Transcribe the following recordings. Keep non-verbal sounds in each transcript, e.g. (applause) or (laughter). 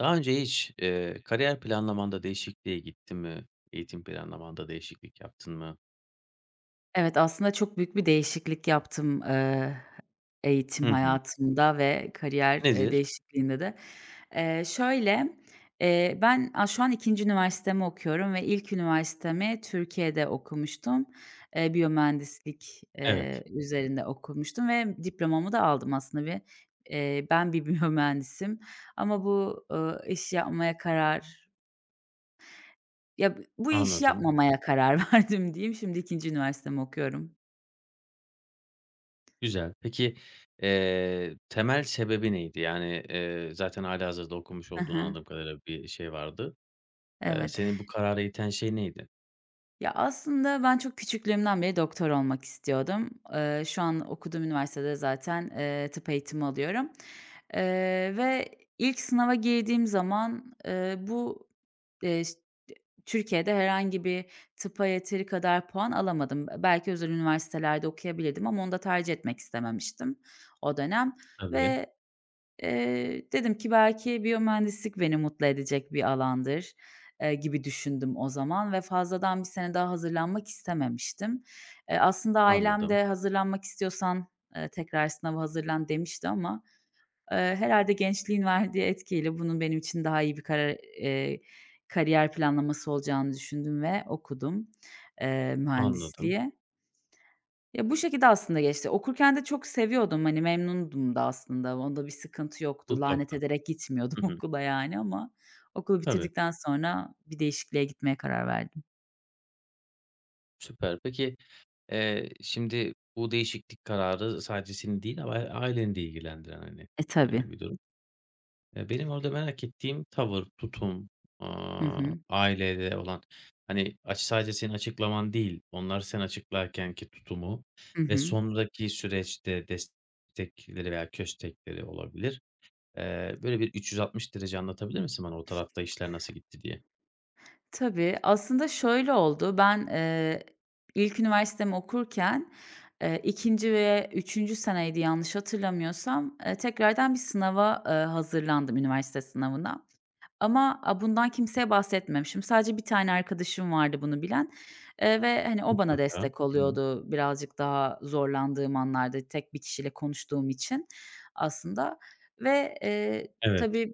Daha önce hiç, kariyer planlamanda değişikliğe gittin mi? Eğitim planlamanda değişiklik yaptın mı? Evet, aslında çok büyük bir değişiklik yaptım, Hı eğitim hı. hayatımda ve kariyer, Nedir? değişikliğinde de. Şöyle, ben, şu an ikinci üniversitemi okuyorum ve ilk üniversitemi Türkiye'de okumuştum. Biyomühendislik, Evet, üzerinde okumuştum ve diplomamı da aldım aslında bir ben bir (laughs) biyomühendisim ama bu, iş yapmaya karar ya, bu işi anladım. yapmamaya karar (laughs) verdim diyeyim. Şimdi ikinci üniversitemi okuyorum. Güzel. Peki, temel sebebi neydi? Yani, zaten hâlihazırda okumuş olduğunu Hı. anladığım kadarıyla bir şey vardı. Evet. Seni bu karara iten şey neydi? Ya, aslında ben çok küçüklüğümden beri doktor olmak istiyordum. Şu an okuduğum üniversitede zaten, tıp eğitimi alıyorum, ve ilk sınava girdiğim zaman, bu, ş Türkiye'de herhangi bir tıpa yeteri kadar puan alamadım. Belki özel üniversitelerde okuyabilirdim ama onu da tercih etmek istememiştim o dönem Tabii, ve dedim ki belki biyomühendislik beni mutlu edecek bir alandır, gibi düşündüm o zaman ve fazladan bir sene daha hazırlanmak istememiştim. Aslında ailem anladım, de hazırlanmak istiyorsan, tekrar sınava hazırlan demişti ama, herhâlde gençliğin verdiği etkiyle bunun benim için daha iyi bir karar kariyer planlaması olacağını düşündüm ve okudum, anladım. mühendisliği. Ya, bu şekilde aslında geçti. Okurken de çok seviyordum, hani, memnundum da aslında. Onda bir sıkıntı yoktu. Lanet Mutlaka. ederek gitmiyordum Hı (laughs) hı. okula yani ama okulu Tabii, bitirdikten sonra bir değişikliğe gitmeye karar verdim. süper. Peki, şimdi bu değişiklik kararı sadece seni değil ama aileni de ilgilendiren, hani, E, tabii. Bir durum. Benim orada merak ettiğim tavır, tutum, Hı hı. ailede olan, hani, sadece senin açıklaman değil, onlar sen açıklarkenki tutumu Hı ve hı. sonraki süreçte destekleri veya köstekleri olabilir. Böyle bir 360 derece anlatabilir misin bana o tarafta işler nasıl gitti diye? Tabii. Aslında şöyle oldu. Ben, ilk üniversitemi okurken, 2. ve üçüncü seneydi yanlış hatırlamıyorsam, tekrardan bir sınava, hazırlandım, üniversite sınavına. Ama, bundan kimseye bahsetmemişim. Sadece bir tane arkadaşım vardı bunu bilen, ve, hani, o bana Mutlaka. destek Hı hı. oluyordu birazcık daha zorlandığım anlarda tek bir kişiyle konuştuğum için aslında ve, Evet, tabii.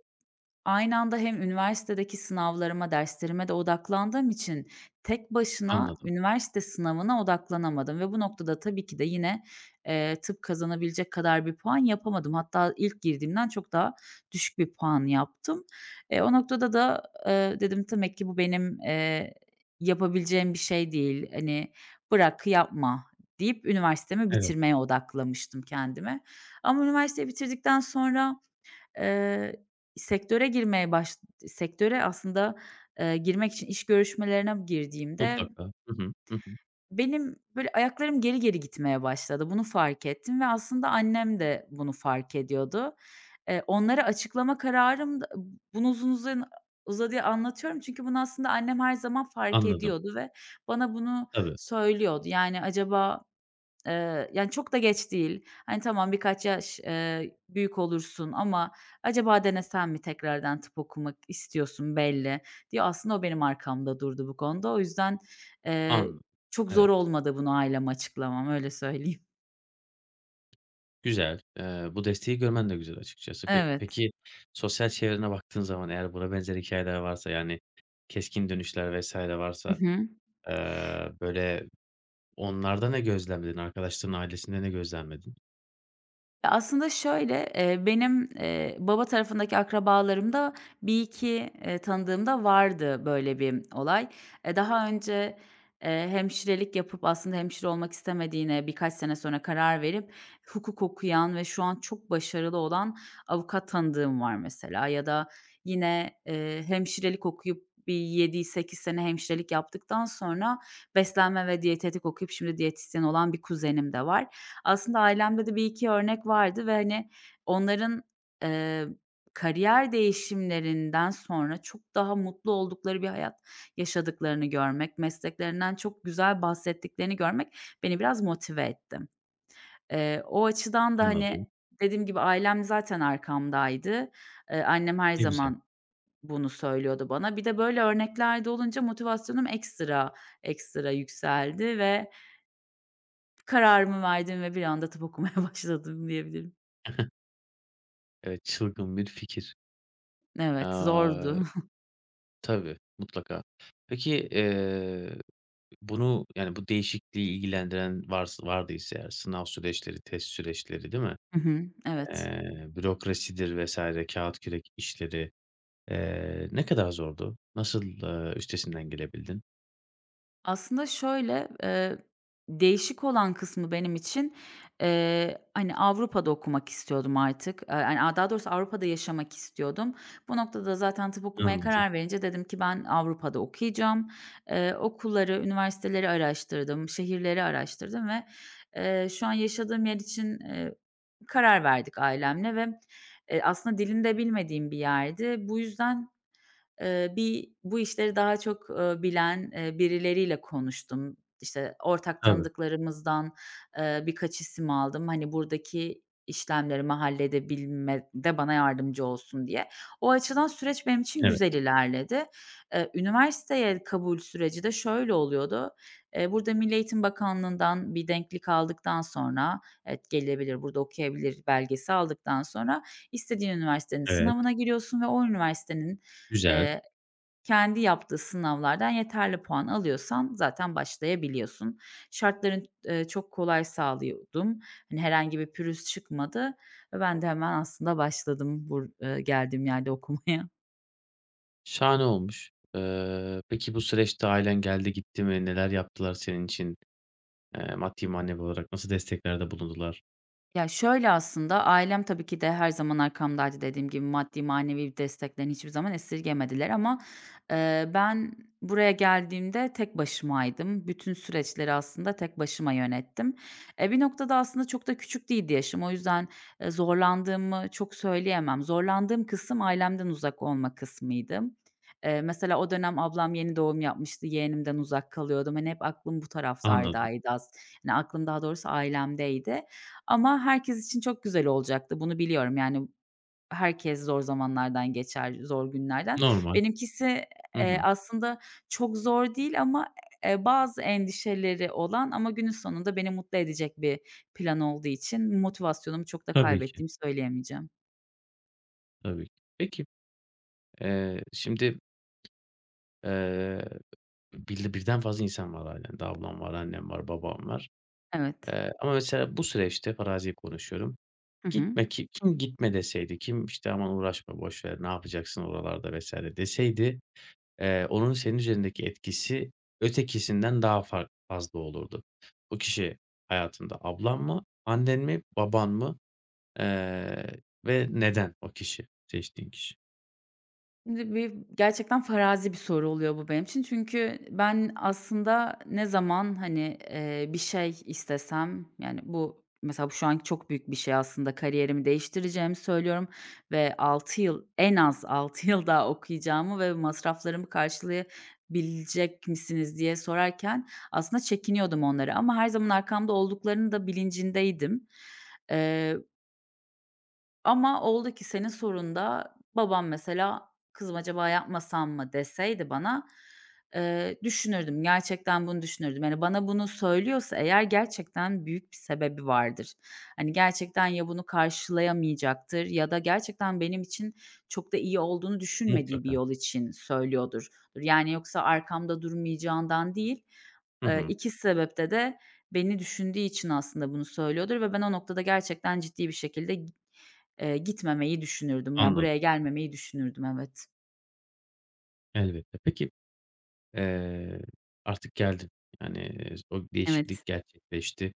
Aynı anda hem üniversitedeki sınavlarıma, derslerime de odaklandığım için tek başına anladım. üniversite sınavına odaklanamadım ve bu noktada tabii ki de yine, tıp kazanabilecek kadar bir puan yapamadım. Hatta ilk girdiğimden çok daha düşük bir puan yaptım. O noktada da, dedim demek ki bu benim, yapabileceğim bir şey değil. Hani, bırak, yapma deyip üniversitemi Evet, bitirmeye odaklamıştım kendime. Ama üniversiteyi bitirdikten sonra Eee, sektöre girmeye baş sektöre aslında, girmek için iş görüşmelerine girdiğimde mutlaka. Hı hı. Hı hı. benim böyle ayaklarım geri geri gitmeye başladı. Bunu fark ettim ve aslında annem de bunu fark ediyordu. Onlara açıklama kararım da bunu uzun uzun uzadıya anlatıyorum çünkü bunu aslında annem her zaman fark Anladım. ediyordu ve bana bunu Tabii, söylüyordu. Yani, "Acaba yani, çok da geç değil. Hani, tamam birkaç yaş, büyük olursun ama acaba denesen mi tekrardan tıp okumak istiyorsun belli" diye aslında o benim arkamda durdu bu konuda. O yüzden, eee, anladım. çok zor Evet. olmadı bunu aileme açıklamam, öyle söyleyeyim. Güzel. Bu desteği görmen de güzel açıkçası. Pe Evet. peki, sosyal çevrene baktığın zaman eğer buna benzer hikayeler varsa, yani, keskin dönüşler vesaire Hı varsa, hı. Böyle, onlarda ne gözlemledin? Arkadaşların ailesinde ne gözlemledin? Ya, aslında şöyle, benim, baba tarafındaki akrabalarımda bir iki tanıdığımda vardı böyle bir olay. Daha önce, hemşirelik yapıp aslında hemşire olmak istemediğine birkaç sene sonra karar verip hukuk okuyan ve şu an çok başarılı olan avukat tanıdığım var mesela ya da yine, hemşirelik okuyup bir yedi sekiz sene hemşirelik yaptıktan sonra beslenme ve diyetetik okuyup şimdi diyetisyen olan bir kuzenim de var. Aslında ailemde de bir iki örnek vardı ve, hani, onların, eee, kariyer değişimlerinden sonra çok daha mutlu oldukları bir hayat yaşadıklarını görmek, mesleklerinden çok güzel bahsettiklerini görmek beni biraz motive etti. O açıdan da, Anladım. hani, dediğim gibi ailem zaten arkamdaydı. Annem her Ne güzel. zaman bunu söylüyordu bana. Bir de böyle örnekler de olunca motivasyonum ekstra ekstra yükseldi ve kararımı verdim ve bir anda tıp okumaya (laughs) başladım diyebilirim. Evet, çılgın bir fikir. Evet, Aaa, zordu. tabii, mutlaka. Peki, bunu, yani, bu değişikliği ilgilendiren vardıysa eğer sınav süreçleri, test süreçleri, değil mi? (laughs) Hı hı, evet. Bürokrasidir vesaire, kağıt kürek işleri. Ne kadar zordu? Nasıl, üstesinden gelebildin? Aslında şöyle, değişik olan kısmı benim için, hani, Avrupa'da okumak istiyordum artık. Yani, daha doğrusu Avrupa'da yaşamak istiyordum. Bu noktada zaten tıp okumaya Anladım. karar verince dedim ki ben Avrupa'da okuyacağım. Okulları, üniversiteleri araştırdım, şehirleri araştırdım ve, şu an yaşadığım yer için, karar verdik ailemle ve, aslında dilini de bilmediğim bir yerdi. Bu yüzden bu işleri daha çok, bilen, birileriyle konuştum. İşte, ortak Tabii. tanıdıklarımızdan, birkaç isim aldım. Hani, buradaki işlemlerimi halledebilmede bana yardımcı olsun diye. O açıdan süreç benim için Evet, güzel ilerledi. Üniversiteye kabul süreci de şöyle oluyordu. Burada Milli Eğitim Bakanlığı'ndan bir denklik aldıktan sonra, evet, gelebilir, burada okuyabilir belgesi aldıktan sonra istediğin üniversitenin evet. sınavına giriyorsun ve o üniversitenin, Güzel. eee kendi yaptığı sınavlardan yeterli puan alıyorsan zaten başlayabiliyorsun. Şartların, çok kolay sağlıyordum. Hani, herhangi bir pürüz çıkmadı ve ben de hemen aslında başladım bur geldiğim yerde okumaya. Şahane olmuş. Peki bu süreçte ailen geldi gitti mi? Neler yaptılar senin için? Maddi manevi olarak nasıl desteklerde bulundular? Ya, şöyle aslında, ailem tabii ki de her zaman arkamdaydı dediğim gibi. Maddi, manevi desteklerini hiçbir zaman esirgemediler ama, ben buraya geldiğimde tek başımaydım. Bütün süreçleri aslında tek başıma yönettim. Bir noktada aslında çok da küçük değildi yaşım. O yüzden, zorlandığımı çok söyleyemem. Zorlandığım kısım ailemden uzak olma kısmıydı. Mesela o dönem ablam yeni doğum yapmıştı, yeğenimden uzak kalıyordum. Hani, hep aklım bu Anladım. taraflardaydı az. Yani aklım daha doğrusu ailemdeydi. Ama herkes için çok güzel olacaktı. Bunu biliyorum. Yani herkes zor zamanlardan geçer, zor günlerden. Normal. Benimkisi, Hı hı. aslında çok zor değil ama, bazı endişeleri olan ama günün sonunda beni mutlu edecek bir plan olduğu için motivasyonumu çok da Tabii ki, kaybettiğimi söyleyemeyeceğim. tabii ki. Peki, şimdi, eee, birden fazla insan var ailende. Ablam var, annem var, babam var. Evet. Ama mesela bu süreçte, farazi konuşuyorum. Hı hı. Gitme ki kim gitme deseydi, kim işte aman uğraşma boş ver ne yapacaksın oralarda vesaire deseydi, onun senin üzerindeki etkisi ötekisinden daha fazla olurdu. O kişi hayatında ablan mı, annen mi, baban mı, eee, ve neden o kişi, seçtiğin kişi? Şimdi gerçekten farazi bir soru oluyor bu benim için. Çünkü ben aslında ne zaman, hani, bir şey istesem, yani, bu mesela şu an çok büyük bir şey aslında kariyerimi değiştireceğimi söylüyorum ve 6 yıl, en az 6 yıl daha okuyacağımı ve masraflarımı karşılayabilecek misiniz diye sorarken aslında çekiniyordum onları ama her zaman arkamda olduklarının da bilincindeydim. Eee ama oldu ki senin sorunda babam mesela, "Kızım acaba yapmasam mı?" deseydi bana, düşünürdüm. Gerçekten bunu düşünürdüm. Yani bana bunu söylüyorsa eğer gerçekten büyük bir sebebi vardır. Hani gerçekten ya bunu karşılayamayacaktır ya da gerçekten benim için çok da iyi olduğunu düşünmediği bir Mutlaka. yol için söylüyordur. Yani yoksa arkamda durmayacağından değil, Hı hı. 2 sebepte de beni düşündüğü için aslında bunu söylüyordur ve ben o noktada gerçekten ciddi bir şekilde gitmemeyi düşünürdüm. Yani, Anladım. buraya gelmemeyi düşünürdüm, evet. Elbette. Peki, eee, artık geldin. Yani o değişiklik Evet. gerçekleşti,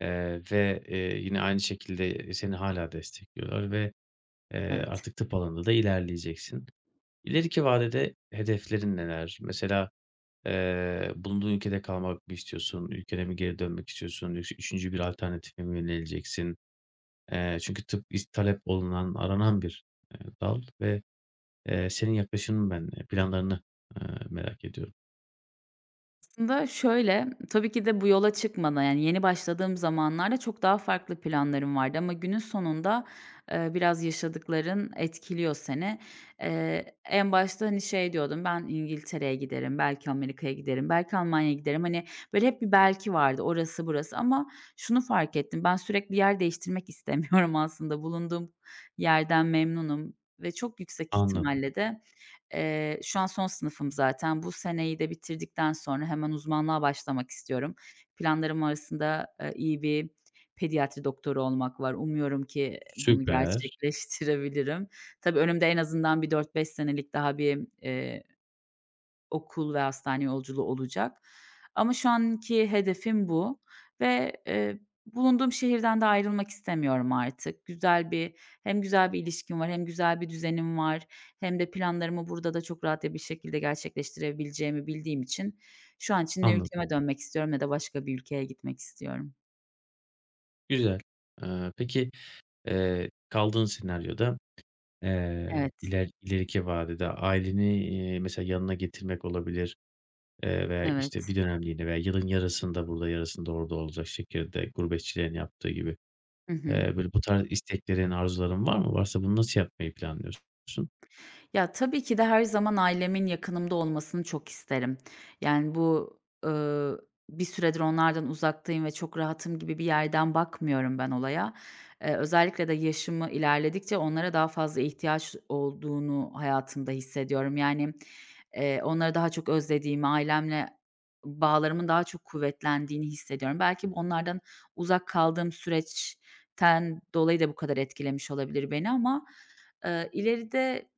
ve, yine aynı şekilde seni hala destekliyorlar ve Evet. artık tıp alanında da ilerleyeceksin. İleriki vadede hedeflerin neler? Mesela, bulunduğun ülkede kalmak mı istiyorsun? Ülkene mi geri dönmek istiyorsun? Yoksa 3'üncü bir alternatife mi yöneleceksin? Çünkü tıp talep olunan, aranan bir, dal ve, senin yaklaşımın ben, planlarını, merak ediyorum. Aslında şöyle, tabii ki de bu yola çıkmadan, yani, yeni başladığım zamanlarda çok daha farklı planlarım vardı ama günün sonunda, biraz yaşadıkların etkiliyor seni. En başta, hani, şey diyordum, ben İngiltere'ye giderim, belki Amerika'ya giderim, belki Almanya'ya giderim. Hani, böyle hep bir belki vardı, orası burası ama şunu fark ettim, ben sürekli yer değiştirmek istemiyorum (laughs) aslında. Bulunduğum yerden memnunum ve çok yüksek Anladım. ihtimalle de şu an son sınıfım zaten. Bu seneyi de bitirdikten sonra hemen uzmanlığa başlamak istiyorum. Planlarım arasında, iyi bir pediatri doktoru olmak var. Umuyorum ki bunu Süper. gerçekleştirebilirim. Tabii önümde en azından bir dört beş senelik daha bir, okul ve hastane yolculuğu olacak. Ama şu anki hedefim bu ve, bulunduğum şehirden de ayrılmak istemiyorum artık. Güzel bir hem güzel bir ilişkim var hem güzel bir düzenim var hem de planlarımı burada da çok rahat bir şekilde gerçekleştirebileceğimi bildiğim için şu an için ne Anladım. ülkeme dönmek istiyorum ne de başka bir ülkeye gitmek istiyorum. Güzel. Peki, kaldığın senaryoda Evet, ileriki vadede aileni, mesela yanına getirmek olabilir, veya, işte, bir evet. dönemliğine veya yılın yarısında burada, yarısında orada olacak şekilde gurbetçilerin yaptığı gibi. Hı hı. Böyle bu tarz isteklerin, arzuların var mı? Varsa bunu nasıl yapmayı planlıyorsun? Ya, tabii ki de her zaman ailemin yakınımda olmasını çok isterim. Yani, bu, ııı, bir süredir onlardan uzaktayım ve çok rahatım gibi bir yerden bakmıyorum ben olaya. Özellikle de yaşımı ilerledikçe onlara daha fazla ihtiyaç olduğunu hayatımda hissediyorum. Yani, onları daha çok özlediğimi, ailemle bağlarımın daha çok kuvvetlendiğini hissediyorum. Belki bu onlardan uzak kaldığım süreçten dolayı da bu kadar etkilemiş olabilir beni ama, ileride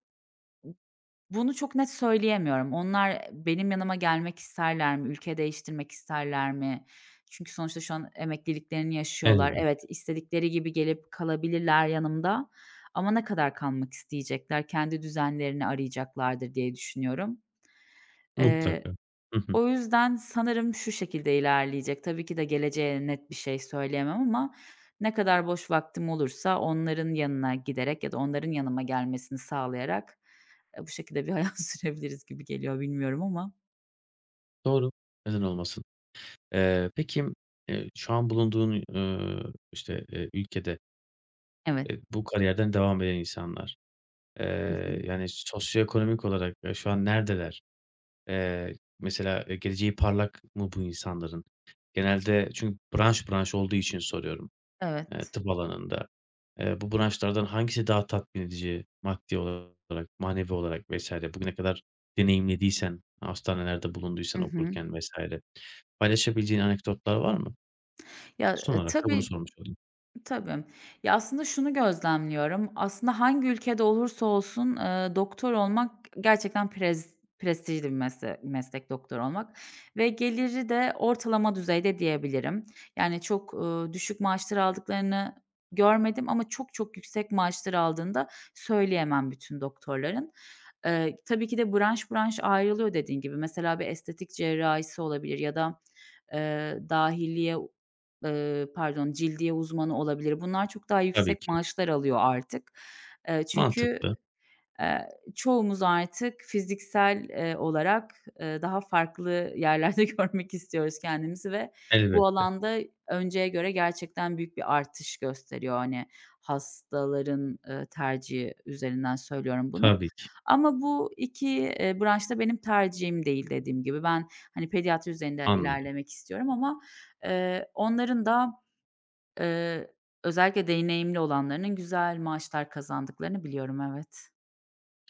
bunu çok net söyleyemiyorum. Onlar, benim yanıma gelmek isterler mi? Ülke değiştirmek isterler mi? Çünkü sonuçta şu an emekliliklerini yaşıyorlar. Elbette Evet, istedikleri gibi gelip kalabilirler yanımda ama ne kadar kalmak isteyecekler? Kendi düzenlerini arayacaklardır diye düşünüyorum. mutlaka. Eee Hı hı. o yüzden sanırım şu şekilde ilerleyecek. Tabii ki de geleceğe net bir şey söyleyemem ama ne kadar boş vaktim olursa onların yanına giderek ya da onların yanıma gelmesini sağlayarak, bu şekilde bir hayat (laughs) sürebiliriz gibi geliyor, bilmiyorum ama. Doğru, neden olmasın? Peki, şu an bulunduğun, işte, ülkede, Evet. Bu kariyerden devam eden insanlar, Hı hı. yani, sosyoekonomik olarak, şu an neredeler? Eee, Mesela, geleceği parlak mı bu insanların? Genelde çünkü branş branş olduğu için soruyorum, Evet. tıp alanında. Bu branşlardan hangisi daha tatmin edici maddi olarak, manevi olarak vs. bugüne kadar deneyimlediysen, hastanelerde bulunduysan Hı hı. okurken vesaire. Paylaşabileceğin anekdotlar var mı? Ya, Son olarak da bunu tabii. sormuş olayım. Tabii. Ya, aslında şunu gözlemliyorum. Aslında hangi ülkede olursa olsun, doktor olmak gerçekten prestijli bir meslek doktor olmak ve geliri de ortalama düzeyde diyebilirim. Yani çok, düşük maaşlar aldıklarını görmedim ama çok çok yüksek maaşlar aldığında söyleyemem bütün doktorların. Tabii ki de branş branş ayrılıyor dediğin gibi. Mesela bir estetik cerrahisi olabilir ya da, dahiliye pardon, cildiye uzmanı olabilir. Bunlar çok daha Tabii yüksek ki. maaşlar alıyor artık. Çünkü, Mantıklı. eee, çoğumuz artık fiziksel, olarak, daha farklı yerlerde (laughs) görmek istiyoruz kendimizi ve bu Elbette. alanda önceye göre gerçekten büyük bir artış gösteriyor. Hani, hastaların, tercihi üzerinden söylüyorum bunu. Tabii ki. Ama bu 2 branş da benim tercihim değil dediğim gibi. Ben, hani, pediatri üzerinde Anladım. ilerlemek istiyorum ama, onların da Eee, özellikle deneyimli olanlarının güzel maaşlar kazandıklarını biliyorum, evet.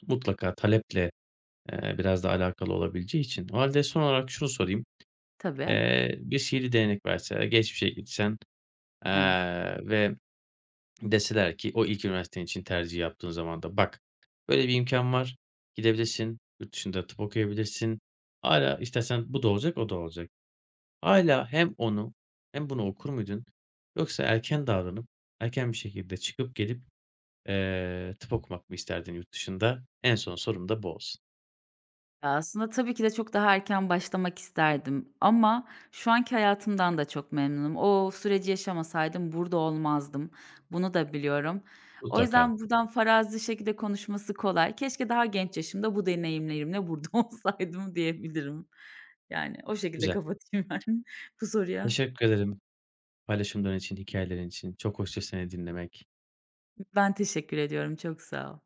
Mutlaka taleple, biraz da alakalı olabileceği için. O hâlde son olarak şunu Evet. sorayım. Tabii, Bir sihirli değnek verseler, geçmişe gitsen, evet. ve deseler ki o ilk üniversiten için tercih yaptığın zaman da "Bak, böyle bir imkan var, gidebilirsin, yurt dışında tıp okuyabilirsin. Hala istersen bu da olacak, o da olacak." Hâlâ hem onu hem bunu okur muydun yoksa erken davranıp, erken bir şekilde çıkıp gelip, tıp okumak mı isterdin yurt dışında? En son sorum da bu olsun. Ya, aslında tabii ki de çok daha erken başlamak isterdim ama şu anki hayatımdan da çok memnunum. O süreci yaşamasaydım burada olmazdım. Bunu da biliyorum. O Mutlaka. yüzden buradan farazi şekilde konuşması kolay. Keşke daha genç yaşımda bu deneyimlerimle burada (laughs) olsaydım diyebilirim. Yani o şekilde Güzel. kapatayım ben (laughs) bu soruya. Teşekkür ederim paylaşımların için, hikayelerin için. Çok hoştu seni dinlemek. Ben teşekkür ediyorum, çok sağ ol.